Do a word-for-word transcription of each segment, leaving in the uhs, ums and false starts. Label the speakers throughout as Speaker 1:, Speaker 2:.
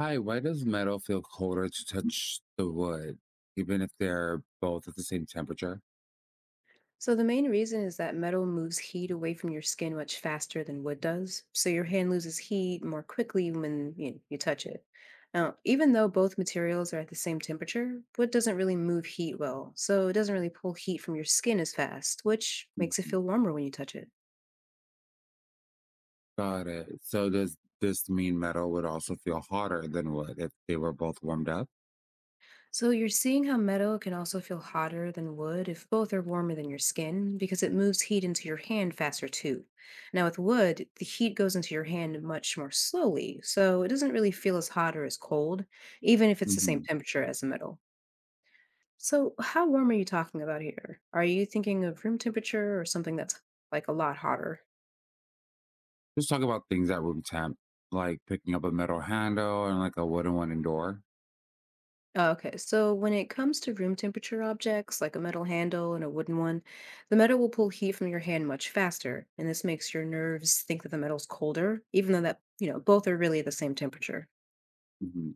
Speaker 1: Hi, why does metal feel colder to touch the wood, even if they're both at the same temperature?
Speaker 2: So the main reason is that metal moves heat away from your skin much faster than wood does. So your hand loses heat more quickly when you, you touch it. Now, even though both materials are at the same temperature, wood doesn't really move heat well. So it doesn't really pull heat from your skin as fast, which makes it
Speaker 1: Mhm.
Speaker 2: feel warmer when you touch it.
Speaker 1: Got it. So does this mean metal would also feel hotter than wood if they were both warmed up?
Speaker 2: So you're seeing how metal can also feel hotter than wood if both are warmer than your skin because it moves heat into your hand faster too. Now with wood, the heat goes into your hand much more slowly, so it doesn't really feel as hot or as cold, even if it's the same
Speaker 1: Mhm.
Speaker 2: temperature as the metal. So how warm are you talking about here? Are you thinking of room temperature or something that's like a lot hotter?
Speaker 1: Just talk about things at room temp, like picking up a metal handle and like a wooden one indoor.
Speaker 2: Okay, so when it comes to room temperature objects, like a metal handle and a wooden one, the metal will pull heat from your hand much faster, and this makes your nerves think that the metal's colder, even though that, you know, both are really the same temperature.
Speaker 1: Mhm.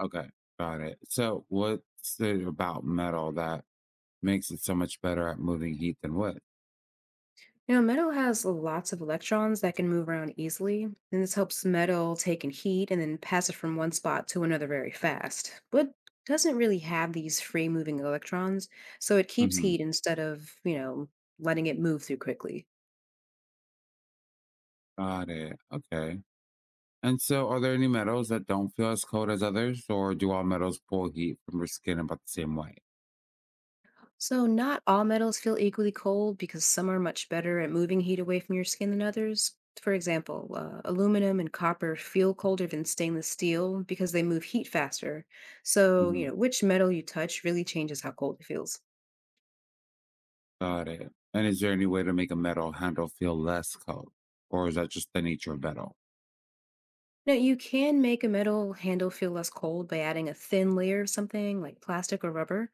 Speaker 1: Okay, got it. So what's it about metal that makes it so much better at moving heat than wood?
Speaker 2: You know, metal has lots of electrons that can move around easily, and this helps metal take in heat and then pass it from one spot to another very fast. Wood doesn't really have these free moving electrons, so it keeps
Speaker 1: Mhm.
Speaker 2: heat instead of, you know, letting it move through quickly.
Speaker 1: Got it. Okay. And so, are there any metals that don't feel as cold as others, or do all metals pull heat from your skin about the same way?
Speaker 2: So, not all metals feel equally cold because some are much better at moving heat away from your skin than others. For example, uh, aluminum and copper feel colder than stainless steel because they move heat faster. So, you
Speaker 1: Hmm.
Speaker 2: know, which metal you touch really changes how cold it feels.
Speaker 1: Got it. And is there any way to make a metal handle feel less cold, or is that just the nature of metal?
Speaker 2: Now you can make a metal handle feel less cold by adding a thin layer of something like plastic or rubber.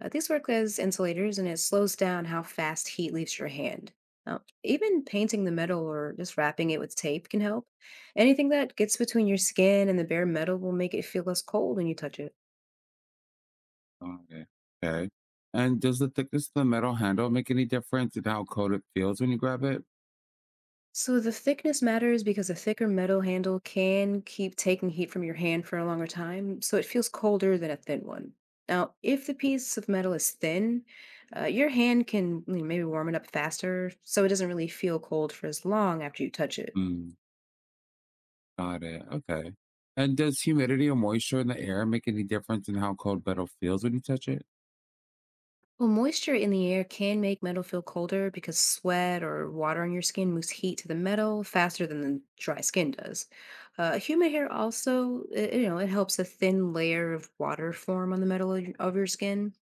Speaker 2: Uh, these work as insulators and it slows down how fast heat leaves your hand. Now, even painting the metal or just wrapping it with tape can help. Anything that gets between your skin and the bare metal will make it feel less cold when you touch it.
Speaker 1: Okay. Okay. And does the thickness of the metal handle make any difference in how cold it feels when you grab it?
Speaker 2: So the thickness matters because a thicker metal handle can keep taking heat from your hand for a longer time, so it feels colder than a thin one. Now, if the piece of metal is thin, uh, your hand can you know, maybe warm it up faster, so it doesn't really feel cold for as long after you touch it.
Speaker 1: Mm, got it. Okay. And does humidity or moisture in the air make any difference in how cold metal feels when you touch it?
Speaker 2: Well, moisture in the air can make metal feel colder because sweat or water on your skin moves heat to the metal faster than the dry skin does. Uh, human hair also, uh, you know, it helps a thin layer of water form on the metal of your of your skin.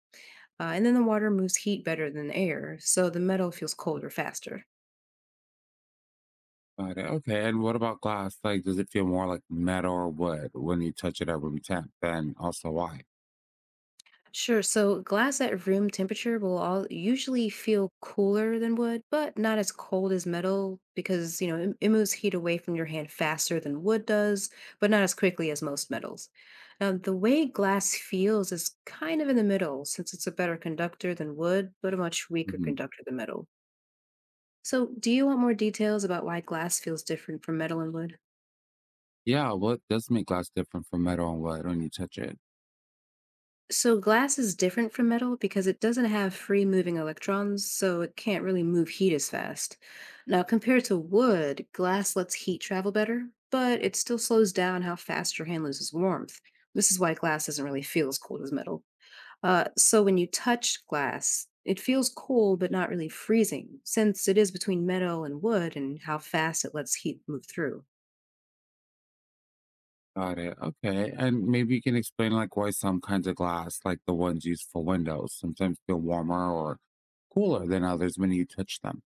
Speaker 2: Uh, and then the water moves heat better than air, so the metal feels colder faster.
Speaker 1: Got it. Okay. And what about glass? Like, does it feel more like metal or wood when you touch it or when you tap? And also, why?
Speaker 2: Sure. So glass at room temperature will all usually feel cooler than wood, but not as cold as metal because, you know, it, it moves heat away from your hand faster than wood does, but not as quickly as most metals. Now, the way glass feels is kind of in the middle since it's a better conductor than wood, but a much weaker
Speaker 1: Hmm.
Speaker 2: conductor than metal. So, do you want more details about why glass feels different from metal and wood?
Speaker 1: Yeah. What does make glass different from metal and wood when you touch it?
Speaker 2: So glass is different from metal because it doesn't have free moving electrons, so it can't really move heat as fast. Now, compared to wood, glass lets heat travel better, but it still slows down how fast your hand loses warmth. This is why glass doesn't really feel as cold as metal. Uh, so when you touch glass, it feels cold but not really freezing, since it is between metal and wood and how fast it lets heat move through.
Speaker 1: Got it. Okay. And maybe you can explain like why some kinds of glass, like the ones used for windows, sometimes feel warmer or cooler than others when you touch them.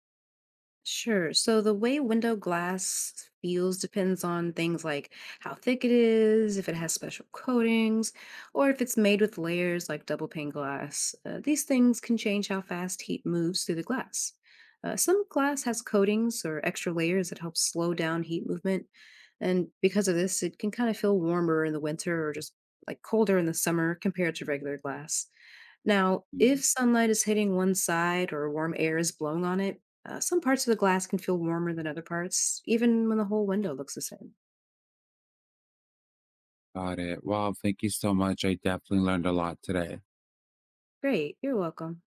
Speaker 2: Sure. So the way window glass feels depends on things like how thick it is, if it has special coatings, or if it's made with layers like double pane glass. Uh, these things can change how fast heat moves through the glass. Uh, some glass has coatings or extra layers that help slow down heat movement. And because of this, it can kind of feel warmer in the winter or just like colder in the summer compared to regular glass. Now, if
Speaker 1: Mhm.
Speaker 2: sunlight is hitting one side or warm air is blowing on it, uh, some parts of the glass can feel warmer than other parts, even when the whole window looks the same.
Speaker 1: Got it. Well, thank you so much. I definitely learned a lot today.
Speaker 2: Great, you're welcome.